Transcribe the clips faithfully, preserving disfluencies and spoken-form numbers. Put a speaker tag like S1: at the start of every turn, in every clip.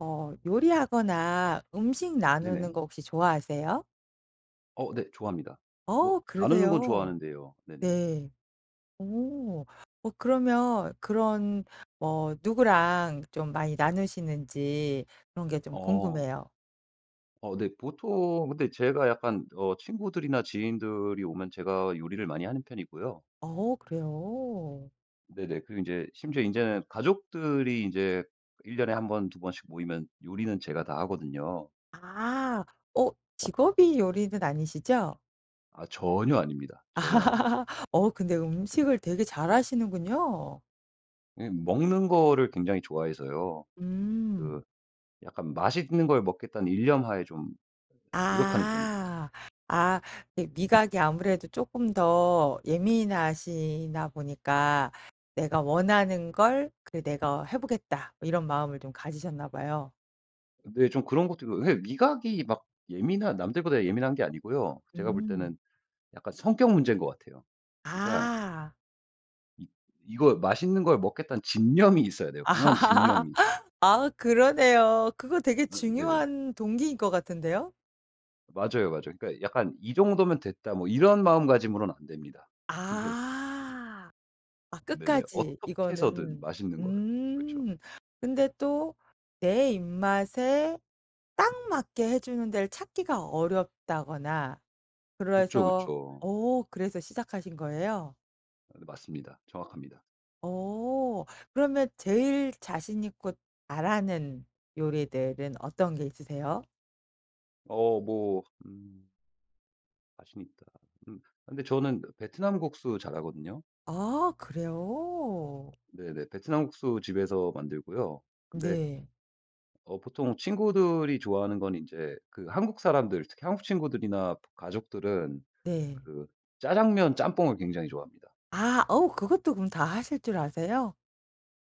S1: 어 요리하거나 음식 나누는
S2: 네네.
S1: 거 혹시 좋아하세요?
S2: 어 네. 좋아합니다. 뭐
S1: 어
S2: 나누는 건
S1: 그러세요.
S2: 좋아하는데요. 네네.
S1: 네. 오. 어 그러면 그런 뭐 누구랑 좀 많이 나누시는지 그런 게 좀
S2: 어.
S1: 궁금해요.
S2: 어 네. 보통 근데 제가 약간 어 친구들이나 지인들이 오면 제가 요리를 많이 하는 편이고요.
S1: 어 그래요?
S2: 네네. 그리고 이제 심지어 이제는 가족들이 이제일 년에 한 번, 두 번씩 모이면 요리는 제가 다 하거든요.
S1: 아. 어 직업이 요리는 아니시죠?
S2: 아 전혀 아닙니다. 전혀 아닙니다.
S1: 아, 어 근데 음식을 되게 잘하시는군요.
S2: 예 먹는 거를 굉장히 좋아해서요. 그
S1: 음.
S2: 약간 맛있는 걸 먹겠다는 일념하에 좀 노력하는 편입니다.
S1: 아. 아 이 미각이 아무래도 조금 더 예민하시나 보니까 '내가 원하는 걸 그 내가 해 보겠다.' 이런 마음을 좀 가지셨나 봐요.
S2: 네. 좀 그런 것도 있고 왜 미각이 막 예민한 남들보다 예민한 게 아니고요. 제가 볼
S1: 음.
S2: 때는 약간 성격 문제인 것 같아요. 그러니까
S1: 아.
S2: 이 이거 맛있는 걸 먹겠다는 집념이 있어야 돼요,
S1: 아
S2: 강한 집념이.
S1: 아, 그러네요. 그거 되게
S2: 어 네.
S1: 중요한 동기인 것 같은데요?
S2: 맞아요, 맞아요. 그러니까 약간 '이 정도면 됐다.' 뭐 이런 마음가짐으로는 안 됩니다. 이게
S1: 아. 아
S2: 네네.
S1: 끝까지
S2: 어떻게 해서든
S1: 이거는
S2: 맛있는 걸. 그쵸.
S1: 음. 근데 또 내 입맛에 딱 맞게 해 주는 데를 찾기가 어렵다거나
S2: 그쵸,
S1: 그래서
S2: 그쵸.
S1: 오 그래서 시작하신 거예요?
S2: 아 네 맞습니다. 정확합니다.
S1: 오 그러면 제일 자신 있고 잘하는 요리들은 어떤 게 있으세요?
S2: 어 뭐 음 자신 있다. 음 근데 저는 베트남 국수 잘하거든요.
S1: 아 그래요?
S2: 네네. 베트남 국수 집에서 만들고요. 근데
S1: 네.
S2: 어 보통 친구들이 좋아하는 건 이제 그 한국 사람들, 특히 한국 친구들이나 가족들은
S1: 네.
S2: 그 짜장면 짬뽕을 굉장히 좋아합니다.
S1: 아 어우 그것도 그럼 다 하실 줄 아세요?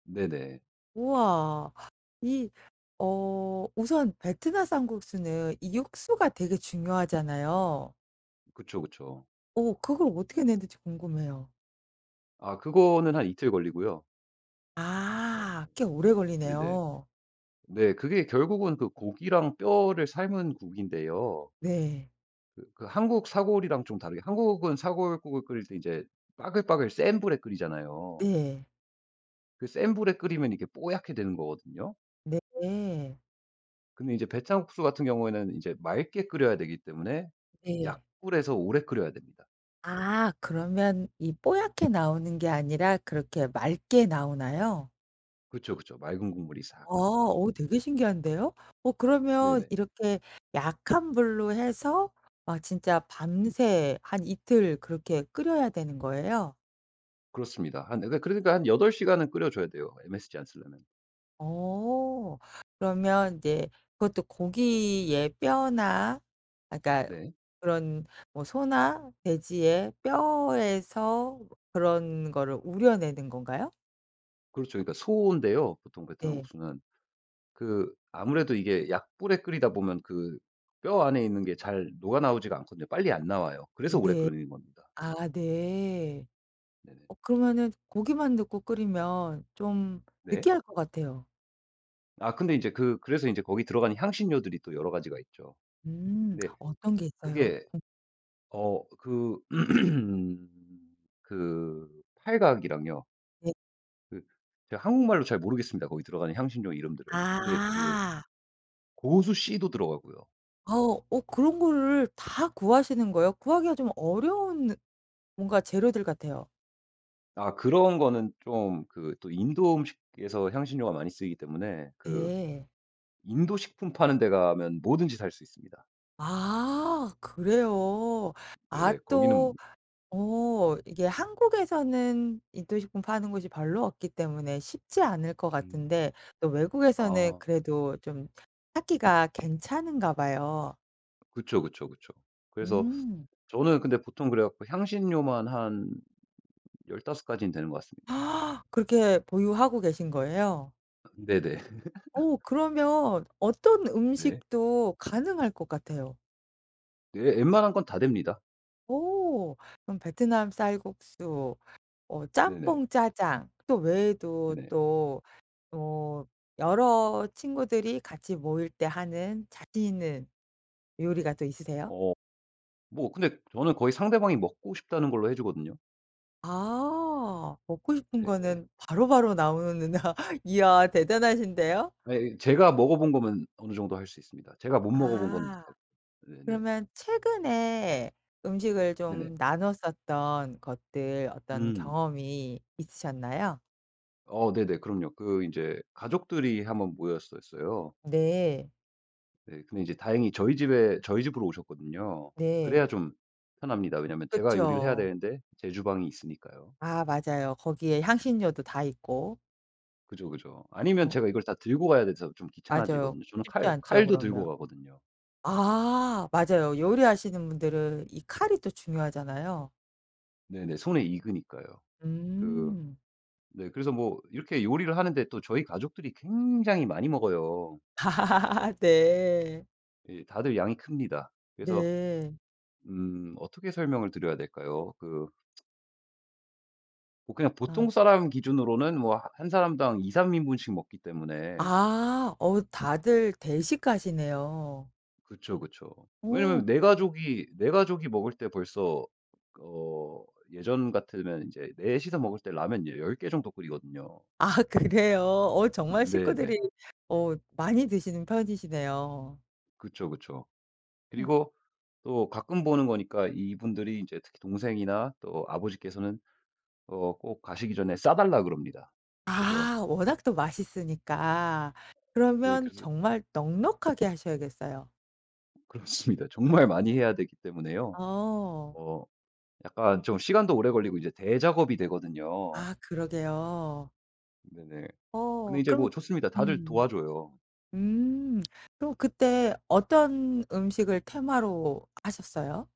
S2: 네네.
S1: 우와. 이 어 우선 베트남 쌀국수는 이 육수가 되게 중요하잖아요.
S2: 그쵸, 그쵸.
S1: 어 그걸 어떻게 내는지 궁금해요.
S2: 아 그거는 한 이틀 걸리고요. 어
S1: 아 꽤 오래
S2: 네네.
S1: 걸리네요.
S2: 네 그게 결국은 그 고기랑 뼈를 삶은 국인데요.
S1: 네.
S2: 그 그 한국 사골이랑 좀 다르게 한국은 사골국을 끓일 때 이제 빠글빠글 센 불에 끓이잖아요.
S1: 네.
S2: 그 센 불에 끓이면 이게 뽀얗게 되는 거거든요.
S1: 네.
S2: 근데 이제 배창국수 같은 경우에는 이제 맑게 끓여야 되기 때문에
S1: 네.
S2: 약불에서 오래 끓여야 됩니다.
S1: 아 그러면 이 뽀얗게 나오는 게 아니라 그렇게 맑게 나오나요?
S2: 그쵸, 그쵸. 맑은 국물이 싹
S1: 아
S2: 나오는 거죠.
S1: 어 되게 신기한데요? 어 그러면
S2: 네네.
S1: 이렇게 약한 불로 해서 막 진짜 밤새 한 이틀 그렇게 끓여야 되는 거예요?
S2: 그렇습니다. 한 그러니까 그러니까 한 여덟 시간은 끓여 줘야 돼요, 엠에스지 안 쓰려면.
S1: 어. 그러면 이제 그것도 고기의 뼈나 아 그러니까
S2: 네.
S1: 그런 뭐 소나 돼지의 뼈에서 그런 거를 우려내는 건가요?
S2: 그렇죠. 그러니까 소인데요, 보통 베트남
S1: 네.
S2: 국수는. 그 아무래도 이게 약불에 끓이다 보면 그 뼈 안에 있는 게 잘 녹아 나오지가 않거든요. 빨리 안 나와요.
S1: 어
S2: 그래서 오래
S1: 네.
S2: 끓이는 겁니다.
S1: 아 네.
S2: 네네.
S1: 어 그러면은 고기만 넣고 끓이면 좀
S2: 네.
S1: 느끼할 것 같아요.
S2: 아 근데 이제 그 그래서 이제 거기 들어가는 향신료들이 또 여러 가지가 있죠.
S1: 음.
S2: 근데
S1: 어떤 게 있어요?
S2: 그게
S1: 궁
S2: 어 그 그 팔각이랑요.
S1: 네.
S2: 그 제가 한국말로 잘 모르겠습니다, 거기 들어가는 향신료 이름들을. 근데 그
S1: 아.
S2: 고수 씨도 들어가고요.
S1: 어. 어 그런 거를 다 구하시는 거예요? 구하기가 좀 어려운 뭔가 재료들 같아요.
S2: 아 그런 거는 좀 그 또 인도 음식에서 향신료가 많이 쓰이기 때문에 그
S1: 네.
S2: 인도 식품 파는 데 가면 뭐든지 살 수 있습니다.
S1: 아 그래요. 아
S2: 네네. 거기는
S1: 또 어 이게 한국에서는 인도식품 파는 곳이 별로 없기 때문에 쉽지 않을 것
S2: 음.
S1: 같은데 또 외국에서는
S2: 아
S1: 그래도 좀 찾기가 괜찮은가 봐요.
S2: 그쵸, 그쵸, 그쵸. 그래서
S1: 음.
S2: 저는 근데 보통 그래 갖고 향신료만 한 열다섯 가지는 되는 것 같습니다.
S1: 그렇게 보유하고 계신 거예요?
S2: 네네.
S1: 어 그러면 어떤
S2: 네.
S1: 음식도 가능할 것 같아요.
S2: 네 웬만한 건 다 됩니다.
S1: 오. 그럼 베트남 쌀국수, 어
S2: 네네.
S1: 짬뽕 짜장 또 외에도
S2: 네네.
S1: 또 어 여러 친구들이 같이 모일 때 하는 자신 있는 요리가 또 있으세요?
S2: 어 뭐 근데 저는 거의 상대방이 먹고 싶다는 걸로 해 주거든요.
S1: 아. 먹고 싶은
S2: 예예.
S1: 거는 바로바로 나오는구나. 이야 대단하신데요.
S2: 아니 제가 먹어 본 거면 어느 정도 할 수 있습니다. 제가 못 먹어 본 건 못
S1: 아.
S2: 하고. 네네.
S1: 그러면 최근에 음식을
S2: 네네.
S1: 좀 나눴었던 것들 어떤
S2: 음.
S1: 경험이 있으셨나요?
S2: 어 네네. 그럼요. 그 인제 가족들이 한번 모였었어요.
S1: 네.
S2: 네. 근데 이제 다행히 저희 집에 저희 집으로 오셨거든요. 그래야
S1: 네.
S2: 좀 편합니다. 왜냐면 제가 요리를 해야
S1: 그쵸.
S2: 되는데 제 주방이 있으니까요.
S1: 아 맞아요. 거기에 향신료도 다 있고.
S2: 그죠, 그죠. 아니면
S1: 어
S2: 제가 이걸 다 들고 가야 돼서 좀
S1: 맞아요.
S2: 귀찮아지거든요. 저는
S1: 쉽지
S2: 칼
S1: 않죠
S2: 칼도 들고
S1: 그러면.
S2: 가거든요.
S1: 아 맞아요. 요리하시는 분들은 이 칼이 또 중요하잖아요.
S2: 네네. 손에 익으니까요. 그
S1: 음.
S2: 네 그래서 뭐 이렇게 요리를 하는데 또 저희 가족들이 굉장히 많이 먹어요.
S1: 네.
S2: 예 다들 양이 큽니다. 그래서
S1: 네.
S2: 음 어떻게 설명을 드려야 될까요? 그 뭐 그냥 보통
S1: 아.
S2: 사람 기준으로는 뭐 한 사람당 두세 인분씩 먹기 때문에.
S1: 아. 어 다들 대식가시네요.
S2: 그쵸, 그쵸. 왜냐면
S1: 어
S2: 내 가족이 내 가족이 먹을 때 벌써 어 예전 같으면 이제 넷이서 먹을 때 라면 열10개 정도 끓이거든요.
S1: 아 그래요? 어 정말
S2: 네네.
S1: 식구들이 어 많이 드시는 편이시네요.
S2: 그쵸, 그쵸.
S1: 음.
S2: 그리고 또 가끔 보는 거니까 이분들이 이제 특히 동생이나 또 아버지께서는 어 꼭 가시기 전에 싸 달라 그럽니다. 그래서
S1: 아 워낙 또 맛있으니까.
S2: 네
S1: 그러면
S2: 그래서
S1: 정말 넉넉하게 하셔야겠어요.
S2: 그렇습니다. 정말 많이 해야 되기 때문에요.
S1: 어.
S2: 어 약간 좀 시간도 오래 걸리고 이제 대작업이 되거든요.
S1: 아 그러게요.
S2: 네네. 근데
S1: 어
S2: 이제 뭐
S1: 그럼
S2: 좋습니다. 다들
S1: 음.
S2: 도와줘요.
S1: 음. 그럼 그때 어떤 음식을 테마로 하셨어요?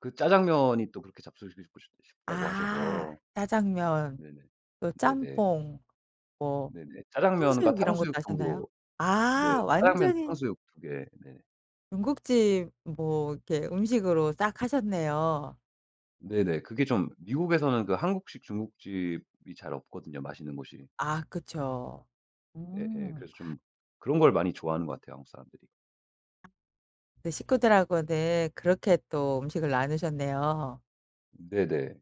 S2: 그 짜장면이 또 그렇게 잡수시고 싶 싶다고
S1: 아
S2: 하셔서.
S1: 짜장면
S2: 네네.
S1: 또
S2: 네네.
S1: 짬뽕 뭐
S2: 네네. 짜장면과
S1: 탕수육 이런 것도
S2: 탕수육
S1: 하셨나요?
S2: 정도. 네
S1: 아
S2: 짜장면
S1: 완전히
S2: 탕수육 두 개. 네.
S1: 중국집 뭐 이렇게 음식으로 싹 하셨네요.
S2: 네네. 그게 좀 미국에서는 그 한국식 중국집이 잘 없거든요, 맛있는 곳이.
S1: 아 그쵸.
S2: 예예.
S1: 음.
S2: 그래서 좀 그런 걸 많이 좋아하는 것 같아요, 한국 사람들이.
S1: 네 식구들하고는 그렇게 또 음식을 나누셨네요.
S2: 네네.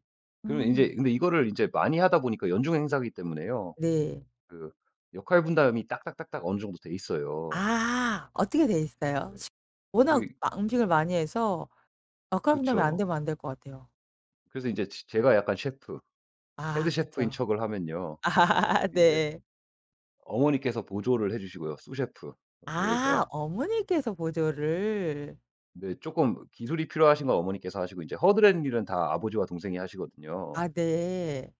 S2: 그러면
S1: 음.
S2: 인제 근데 이거를 인제 많이 하다 보니까 연중 행사기 때문에요.
S1: 네.
S2: 그 역할 분담이 딱딱딱딱 어느 정도 돼 있어요.
S1: 아 어떻게 돼 있어요?
S2: 예.
S1: 식 워낙
S2: 그
S1: 막 음식을 많이 해서 마카롱라면 안
S2: 그쵸.
S1: 되면 안 될 것 같아요.
S2: 그래서 인제 제 제가 약간 셰프, 헤드
S1: 아
S2: 셰프인
S1: 그쵸.
S2: 척을 하면요.
S1: 아
S2: 인제
S1: 네.
S2: 어머니께서 보조를 해 주시고요, 수 셰프. 그러니까
S1: 아 어머니께서 보조를.
S2: 네. 조금 기술이 필요하신 건 어머니께서 하시고 이제 허드렛 일은 다 아버지와 동생이 하시거든요.
S1: 아 네.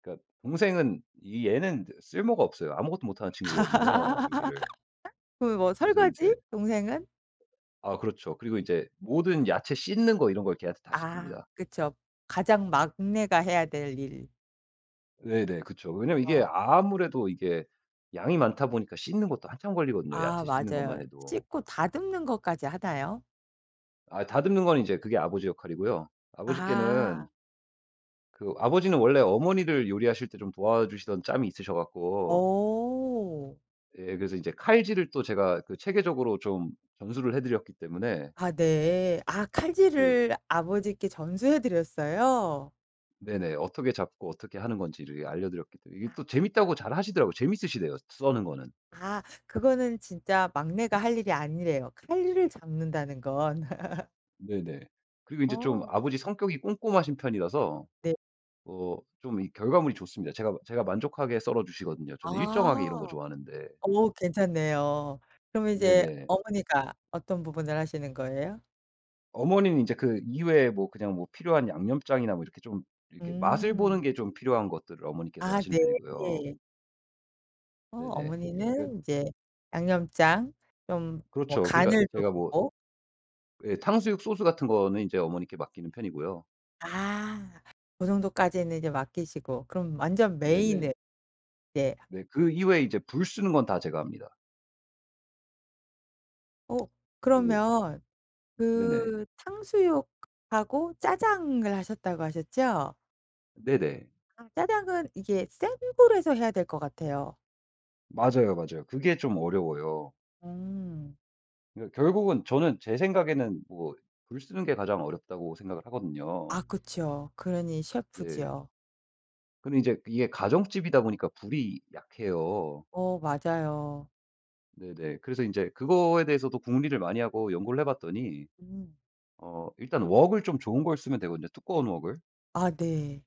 S2: 그러니까 동생은 이 얘는 쓸모가 없어요. 아무것도 못하는 친구거든요, 요리를.
S1: 그럼 뭐
S2: 그래서 이
S1: 설거지?
S2: 제
S1: 동생은?
S2: 아 그렇죠. 그리고 이제 모든 야채 씻는 거 이런 걸 걔한테 다
S1: 아
S2: 시킵니다.
S1: 그쵸. 가장 막내가 해야 될 일.
S2: 네네. 그쵸. 왜냐면 이게
S1: 어
S2: 아무래도 이게 양이 많다 보니까 씻는 것도 한참 걸리거든요,
S1: 아
S2: 야채 씻는 것만
S1: 맞아요.
S2: 해도.
S1: 씻고 다듬는 것까지 하나요?
S2: 아 다듬는 건 이제 그게 아버지 역할이고요. 아버지께는
S1: 아.
S2: 그 아버지는 원래 어머니를 요리하실 때 좀 도와주시던 짬이 있으셔 갖고
S1: 어.
S2: 예 그래서 이제 칼질을 또 제가 그 체계적으로 좀 전수를 해 드렸기 때문에.
S1: 아 네. 아
S2: 그
S1: 칼질을 아버지께 전수해 드렸어요?
S2: 네네. 어떻게 잡고 어떻게 하는 건지를 알려 드렸기 때문에 이게
S1: 아
S2: 또 재밌다고 잘 하시더라고요. 재밌으시대요 써는 거는.
S1: 아 그거는 진짜 막내가 할 일이 아니래요. 칼을 잡는다는 건.
S2: 네네. 그리고 이제 좀
S1: 어
S2: 아버지 성격이 꼼꼼하신 편이라서
S1: 네.
S2: 어 좀이 결과물이 좋습니다. 제가 제가 만족하게 썰어 주시거든요. 저는 일정하게 이런
S1: 아.
S2: 거 좋아하는데.
S1: 어 괜찮네요. 그럼 이제
S2: 네네.
S1: 어머니가 어떤 부분을 하시는 거예요?
S2: 어머니는 이제 그 이외에 뭐 그냥 뭐 필요한 양념장이나 뭐 이렇게 좀 이렇게 맛을 보는
S1: 음.
S2: 게 좀 필요한 것들을 어머니께서
S1: 아
S2: 하시는 편이고요.
S1: 네. 어
S2: 네네. 그러니까
S1: 어머니는 인제 양념장 좀 뭐
S2: 그렇죠. 그러니까
S1: 간을 좀
S2: 제가 뭐
S1: 보고
S2: 예 탕수육 소스 같은 거는 인제 어머니께 맡기는 편이고요.
S1: 아 고 정도까지는 이제 맡기시고 그럼 완전
S2: 네네.
S1: 메인을 이제
S2: 네 그 이외에 이제 불 쓰는 건 다 제가 합니다.
S1: 어
S2: 그
S1: 그러면
S2: 네네.
S1: 그 탕수육하고 짜장을 하셨다고 하셨죠?
S2: 네네.
S1: 아. 짜장은 이게 센 불에서 해야 될 것 같아요.
S2: 맞아요, 맞아요. 그게 좀 어려워요.
S1: 음.
S2: 그러니까 결국은 저는 제 생각에는 뭐 불 쓰는 게 가장 어렵다고 생각을 하거든요.
S1: 아 그쵸. 그러니
S2: 네.
S1: 셰프죠.
S2: 근데 이제 이게 가정집이다 보니까 불이 약해요.
S1: 어 맞아요.
S2: 네네. 그래서 인제 그거에 대해서도 궁리를 많이 하고 연구를 해 봤더니
S1: 음.
S2: 어 일단 웍을 좀 좋은 걸 쓰면 되거든요, 두꺼운 웍을.
S1: 아 네.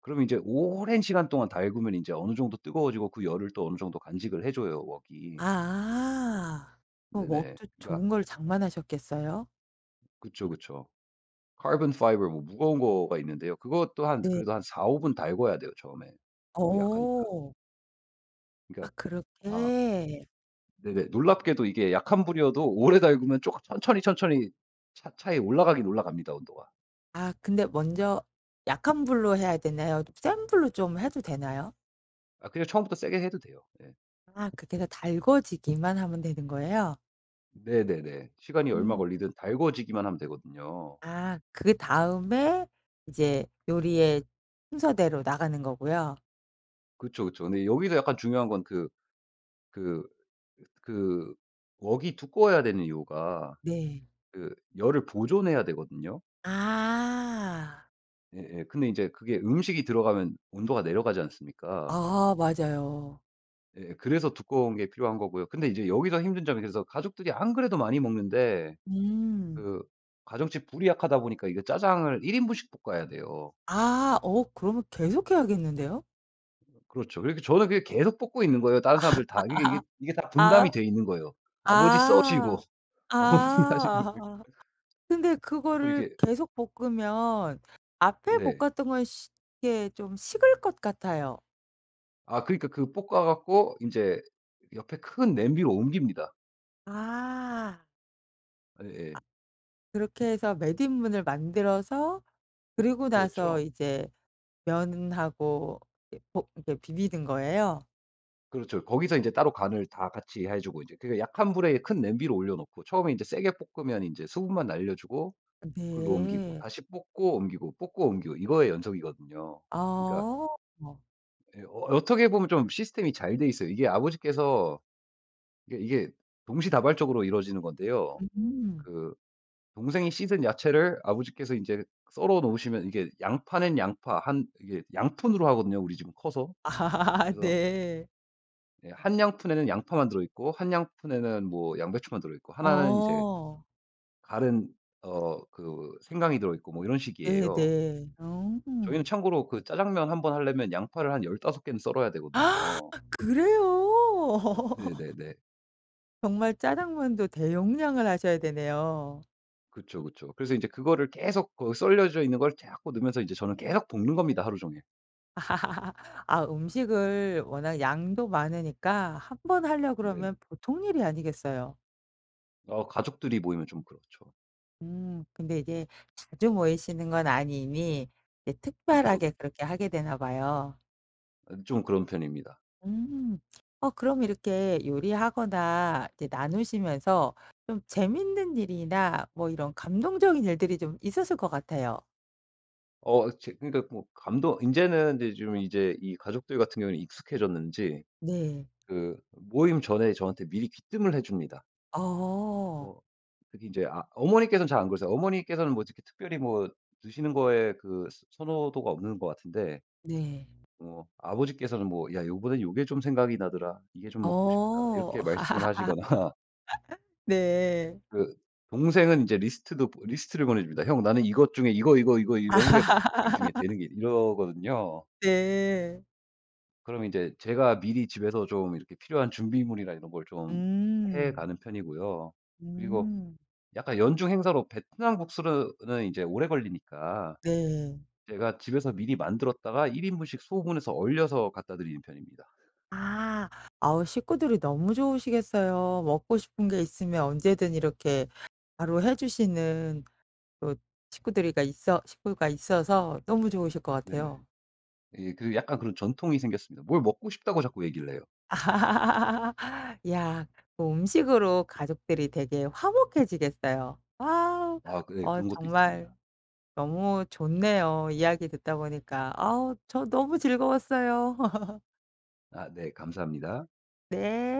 S2: 그러면 이제 오랜 시간 동안 달구면 이제 어느 정도 뜨거워지고 그 열을 또 어느 정도 간직을 해 줘요 웍이.
S1: 아. 어
S2: 네네.
S1: 먹도
S2: 그러니까
S1: 좋은 걸 장만하셨겠어요?
S2: 그쵸, 그쵸. 카본파이버 뭐 무거운 거가 있는데요. 그것도 한
S1: 네.
S2: 그래도 한 사오 분 달궈야 돼요 처음에. 불이 약하니까.
S1: 어. 아
S2: 그러니까 아
S1: 그렇게.
S2: 네네. 놀랍게도 이게 약한 불이어도 오래 달구면 쪼금 천천히, 천천히 차 차에 올라가긴 올라갑니다 온도가.
S1: 아 근데 먼저 약한 불로 해야 되나요? 센 불로 좀 해도 되나요?
S2: 아 그냥 처음부터 세게 해도 돼요. 예.
S1: 아 그렇게 해서 달궈지기만 하면 되는 거예요?
S2: 네네네. 시간이 얼마
S1: 음.
S2: 걸리든 달궈지기만 하면 되거든요.
S1: 아 그다음에 이제 요리의 순서대로 나가는 거고요?
S2: 그쵸, 그쵸. 근데 여기서 약간 중요한 건그 그 그 웍이 두꺼워야 되는 이유가
S1: 네.
S2: 그 열을 보존해야 되거든요.
S1: 아.
S2: 예예. 근데 이제 그게 음식이 들어가면 온도가 내려가지 않습니까?
S1: 아 맞아요.
S2: 예. 그래서 두꺼운 게 필요한 거고요. 근데 이제 여기서 힘든 점이, 그래서 가족들이 안 그래도 많이 먹는데
S1: 음.
S2: 그 가정집 불이 약하다 보니까 이거 짜장을 일 인분씩 볶아야 돼요.
S1: 아 어 그러면 계속 해야겠는데요?
S2: 그렇죠. 그렇게 저는 그게 계속 볶고 있는 거예요, 다른 사람들 다 이게 이게 이게 다 분담이
S1: 아.
S2: 돼 있는 거예요. 아버지 써시고
S1: 아.
S2: 어머니 하시고
S1: 아. 근데
S2: 자꾸
S1: 그거를
S2: 이렇게
S1: 계속 볶으면 앞에
S2: 네.
S1: 볶았던 건 시 이게 좀 식을 것 같아요.
S2: 아 그러니까 그 볶아 갖고 이제 옆에 큰 냄비로 옮깁니다.
S1: 아.
S2: 예예.
S1: 그렇게 해서 매듭문을 만들어서 그리고 나서
S2: 그렇죠.
S1: 이제 면하고 이렇게 볶 이렇게 비비는 거예요.
S2: 그렇죠. 거기서 인제 따로 간을 다 같이 해 주고 이제 그 약한 불에 큰 냄비로 올려 놓고 처음에 인제 세게 볶으면 인제 수분만 날려 주고 글로 옮기고
S1: 네.
S2: 다시 볶고 옮기고 볶고 옮기고 이거의 연속이거든요. 그러니까
S1: 아.
S2: 예 어 어떻게 보면 좀 시스템이 잘 돼 있어요. 이게 아버지께서 이게 이게 동시다발적으로 이루어지는 건데요.
S1: 음.
S2: 그 동생이 씻은 야채를 아버지께서 이제 썰어 놓으시면 이게 양파는 양파 한 이게 양푼으로 하거든요, 우리 집은 커서.
S1: 아
S2: 그래서
S1: 네.
S2: 예 한 양푼에는 양파만 들어 있고 한 양푼에는 뭐 양배추만 들어 있고 하나는 이제
S1: 어.
S2: 갈은 어 그 생강이 들어 있고 뭐 이런 식이에요.
S1: 네네. 어.
S2: 저희는 참고로 그 짜장면 한 번 하려면 양파를 한 열다섯 개는 썰어야 되거든요.
S1: 그래요?
S2: 네네네.
S1: 정말 짜장면도 대용량을 하셔야 되네요.
S2: 그쵸, 그쵸. 그래서 이제 그거를 계속 그 썰려져 있는 걸 자꾸 넣으면서 이제 저는 계속 볶는 겁니다, 하루 종일.
S1: 아 음식을 워낙 양도 많으니까 한 번 하려
S2: 네네.
S1: 그러면 보통 일이 아니겠어요.
S2: 어 가족들이 모이면 좀 그렇죠.
S1: 음 근데 이제 자주 모이시는 건 아니니 이제
S2: 그쵸,
S1: 특별하게
S2: 그쵸.
S1: 그렇게 하게 되나 봐요.
S2: 좀 그런 편입니다.
S1: 음. 어 그럼 이렇게 요리하거나 이제 나누시면서 좀 재밌는 일이나 뭐 이런 감동적인 일들이 좀 있었을 것 같아요.
S2: 어 제 그러니까 뭐 감동 이제는 이제 좀 이제 이 가족들 같은 경우는 익숙해졌는지
S1: 네.
S2: 그 모임 전에 저한테 미리 귀뜸을 해 줍니다. 어
S1: 어.
S2: 특히 이제 아 어머니께서는 잘 안 그러세요. 어머니께서는 뭐 이렇게 특별히 뭐 드시는 거에 그 스- 선호도가 없는 것 같은데
S1: 네.
S2: 어 아버지께서는 뭐 "야 요번엔 요게 좀 생각이 나더라. 이게 좀 먹고 싶다."
S1: 어.
S2: 이렇게 말씀을 하시거나
S1: 네.
S2: 그 동생은 이제 리스트도 리스트를 보내 줍니다. "형 나는 이것 중에 이거, 이거, 이거
S1: 아
S2: 이런 게 먹고 싶고 이 중에 되는 게" 이러거든요.
S1: 네.
S2: 그럼 이제 제가 미리 집에서 좀 이렇게 필요한 준비물이나 이런 걸 좀 해
S1: 음.
S2: 가는 편이고요. 그리고
S1: 음.
S2: 약간 연중 행사로 베트남 국수는 이제 오래 걸리니까
S1: 네.
S2: 제가 집에서 미리 만들었다가 일 인분씩 소분해서 얼려서 갖다 드리는 편입니다.
S1: 아. 아우 식구들이 너무 좋으시겠어요. 먹고 싶은 게 있으면 언제든 이렇게 바로 해 주시는 또 식구들이가 있어 식구가 있어서 너무 좋으실 것
S2: 네네.
S1: 같아요.
S2: 예 그 약간 그런 전통이 생겼습니다. 뭘 먹고 싶다고 자꾸 얘기를 해요.
S1: 야 그 음식으로 가족들이 되게 화목해지겠어요. 와우.
S2: 아 그 예
S1: 어
S2: 그런 것도 있습니다.
S1: 정말 너무 좋네요. 이야기 듣다 보니까. 아우 저 너무 즐거웠어요.
S2: 아 네 감사합니다.
S1: 네.